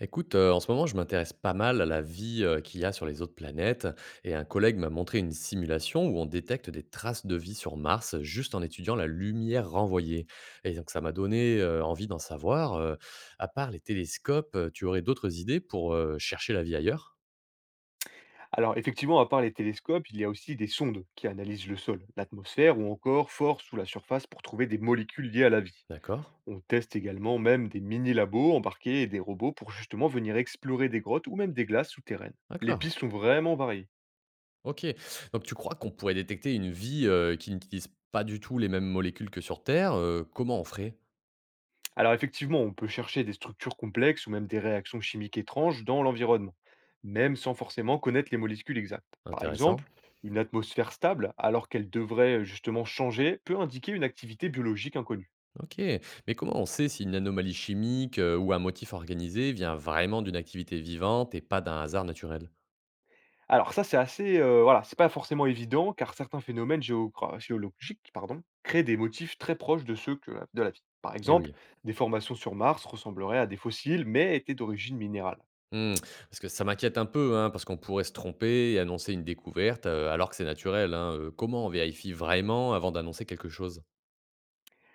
Écoute, en ce moment, je m'intéresse pas mal à la vie, qu'il y a sur les autres planètes et un collègue m'a montré une simulation où on détecte des traces de vie sur Mars juste en étudiant la lumière renvoyée et donc ça m'a donné, envie d'en savoir, à part les télescopes, tu aurais d'autres idées pour, chercher la vie ailleurs? Alors effectivement, à part les télescopes, il y a aussi des sondes qui analysent le sol, l'atmosphère ou encore fort sous la surface pour trouver des molécules liées à la vie. D'accord, On teste également même des mini-labos embarqués et des robots pour justement venir explorer des grottes ou même des glaces souterraines. Les d'accord, pistes sont vraiment variées. OK. Donc tu crois qu'on pourrait détecter une vie, qui n'utilise pas du tout les mêmes molécules que sur Terre, comment on ferait? Alors effectivement, on peut chercher des structures complexes ou même des réactions chimiques étranges dans l'environnement, même sans forcément connaître les molécules exactes. Par exemple, Intéressant. une atmosphère stable, alors qu'elle devrait justement changer, peut indiquer une activité biologique inconnue. OK. Mais comment on sait si une anomalie chimique, ou un motif organisé vient vraiment d'une activité vivante et pas d'un hasard naturel? Alors ça, c'est assez, voilà, c'est pas forcément évident car certains phénomènes géogra géologiques, pardon, créent des motifs très proches de ceux que de la vie. Par Eh exemple, oui. des formations sur Mars ressembleraient à des fossiles, mais étaient d'origine minérale. Mmh, parce que ça m'inquiète un peu, hein, parce qu'on pourrait se tromper et annoncer une découverte, alors que c'est naturel, hein, Comment on vérifie vraiment avant d'annoncer quelque chose?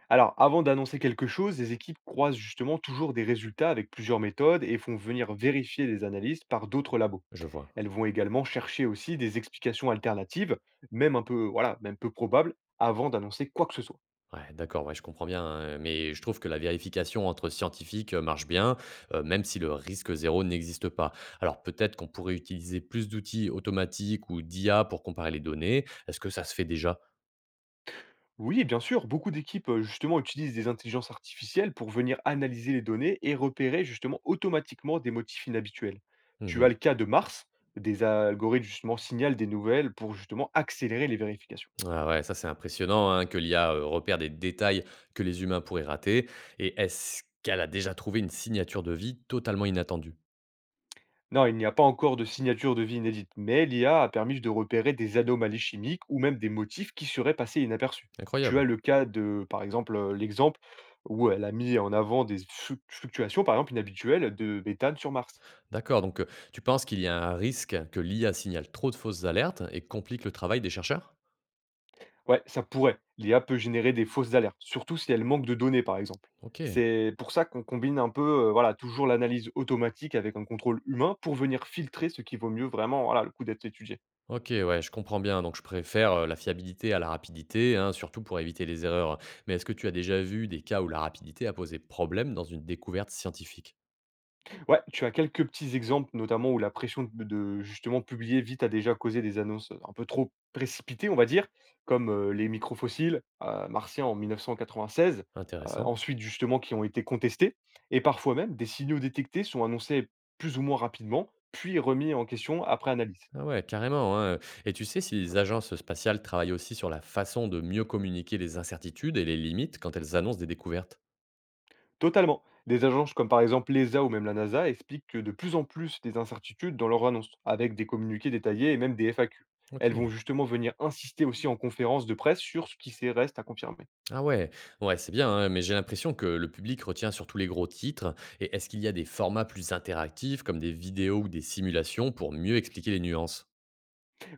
Alors, avant d'annoncer quelque chose, les équipes croisent justement toujours des résultats avec plusieurs méthodes et font venir vérifier les analyses par d'autres labos. Je vois. Elles vont également chercher aussi des explications alternatives, même un peu, voilà, même peu probables, avant d'annoncer quoi que ce soit. Ouais, d'accord, ouais, je comprends bien, hein, mais je trouve que la vérification entre scientifiques, marche bien, même si le risque zéro n'existe pas. Alors peut-être qu'on pourrait utiliser plus d'outils automatiques ou d'IA pour comparer les données. Est-ce que ça se fait déjà? Oui, bien sûr, beaucoup d'équipes justement utilisent des intelligences artificielles pour venir analyser les données et repérer justement automatiquement des motifs inhabituels. Tu as Mmh. le cas de Mars, des algorithmes justement signalent des nouvelles pour justement accélérer les vérifications. Ah ouais, ça c'est impressionnant, hein, que l'IA, repère des détails que les humains pourraient rater et est-ce qu'elle a déjà trouvé une signature de vie totalement inattendue? Non, il n'y a pas encore de signature de vie inédite, mais l'IA a permis de repérer des anomalies chimiques ou même des motifs qui seraient passés inaperçus. Tu as Incroyable. le cas de, par exemple, l'exemple où elle a mis en avant des fluctuations, par exemple, inhabituelles de méthane sur Mars. D'accord, donc tu penses qu'il y a un risque que l'IA signale trop de fausses alertes et complique le travail des chercheurs? Ouais, ça pourrait. L'IA peut générer des fausses alertes, surtout si elle manque de données, par exemple. OK, C'est pour ça qu'on combine un peu, voilà, toujours l'analyse automatique avec un contrôle humain pour venir filtrer ce qui vaut mieux vraiment, voilà, le coup d'être étudié. OK, ouais, je comprends bien, donc je préfère, la fiabilité à la rapidité, hein, surtout pour éviter les erreurs. Mais est-ce que tu as déjà vu des cas où la rapidité a posé problème dans une découverte scientifique? Ouais, tu as quelques petits exemples, notamment où la pression de justement publier vite a déjà causé des annonces, un peu trop précipitées, on va dire, comme les microfossiles, martiens en 1996, Intéressant. ensuite justement qui ont été contestés et parfois même des signaux détectés sont annoncés plus ou moins rapidement, puis remis en question après analyse. Ah ouais, carrément, hein. Et tu sais si les agences spatiales travaillent aussi sur la façon de mieux communiquer les incertitudes et les limites quand elles annoncent des découvertes? Totalement. Des agences comme par exemple l'ESA ou même la NASA expliquent que de plus en plus des incertitudes dans leurs annonces, avec des communiqués détaillés et même des FAQ. Ok. Elles vont justement venir insister aussi en conférence de presse sur ce qui reste à confirmer. Ah ouais, ouais, c'est bien, hein, mais j'ai l'impression que le public retient surtout les gros titres. Et est-ce qu'il y a des formats plus interactifs, comme des vidéos ou des simulations, pour mieux expliquer les nuances?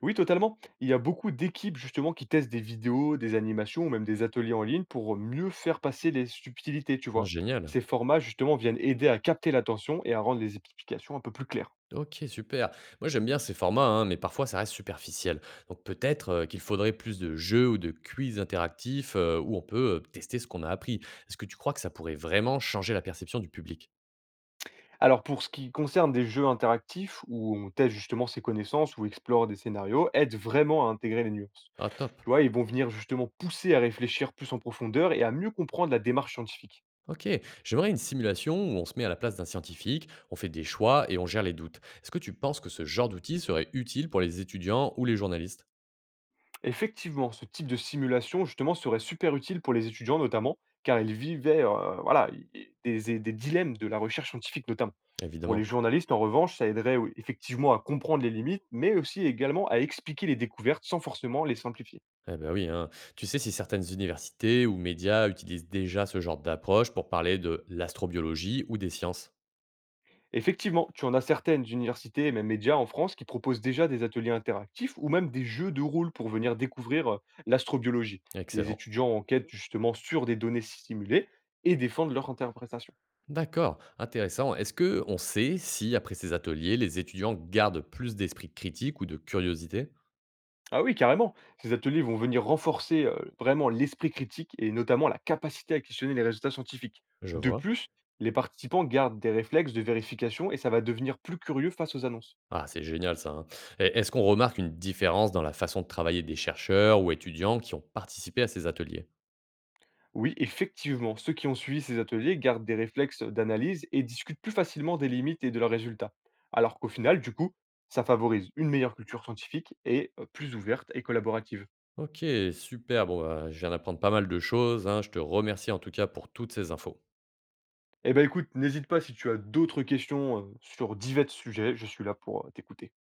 Oui, totalement. Il y a beaucoup d'équipes justement qui testent des vidéos, des animations ou même des ateliers en ligne pour mieux faire passer les subtilités, tu Ah, vois. génial. Ces formats justement viennent aider à capter l'attention et à rendre les explications un peu plus claires. Ok, super. Moi, j'aime bien ces formats, hein, mais parfois ça reste superficiel. Donc peut-être qu'il faudrait plus de jeux ou de quiz interactifs où on peut tester ce qu'on a appris. Est-ce que tu crois que ça pourrait vraiment changer la perception du public? Alors pour ce qui concerne des jeux interactifs où on teste justement ses connaissances ou explore des scénarios, aide vraiment à intégrer les nuances. Ah, top. Tu vois, ils vont venir justement pousser à réfléchir plus en profondeur et à mieux comprendre la démarche scientifique. Ok, j'aimerais une simulation où on se met à la place d'un scientifique, on fait des choix et on gère les doutes. Est-ce que tu penses que ce genre d'outil serait utile pour les étudiants ou les journalistes? Effectivement, ce type de simulation justement serait super utile pour les étudiants notamment, car ils vivaient et des dilemmes de la recherche scientifique notamment. Pour les Évidemment. journalistes, en revanche, ça aiderait oui, effectivement à comprendre les limites, mais aussi également à expliquer les découvertes sans forcément les simplifier. Eh ben oui, hein. Tu sais si certaines universités ou médias utilisent déjà ce genre d'approche pour parler de l'astrobiologie ou des sciences? Effectivement, tu en as certaines universités et même médias en France qui proposent déjà des ateliers interactifs ou même des jeux de rôle pour venir découvrir l'astrobiologie. Les Excellent. étudiants enquêtent justement sur des données simulées et défendent leur interprétation. D'accord, intéressant. Est-ce que on sait si, après ces ateliers, les étudiants gardent plus d'esprit critique ou de curiosité? Ah oui, carrément. Ces ateliers vont venir renforcer vraiment l'esprit critique et notamment la capacité à questionner les résultats scientifiques. Je De vois. plus, les participants gardent des réflexes de vérification et ça va devenir plus curieux face aux annonces. Ah, c'est génial ça, hein. Et est-ce qu'on remarque une différence dans la façon de travailler des chercheurs ou étudiants qui ont participé à ces ateliers? Oui, effectivement, ceux qui ont suivi ces ateliers gardent des réflexes d'analyse et discutent plus facilement des limites et de leurs résultats. Alors qu'au final, du coup, ça favorise une meilleure culture scientifique et plus ouverte et collaborative. Ok, super. Bon, bah, je viens d'apprendre pas mal de choses, hein. Je te remercie en tout cas pour toutes ces infos. Eh ben écoute, n'hésite pas si tu as d'autres questions sur divers sujets, je suis là pour t'écouter.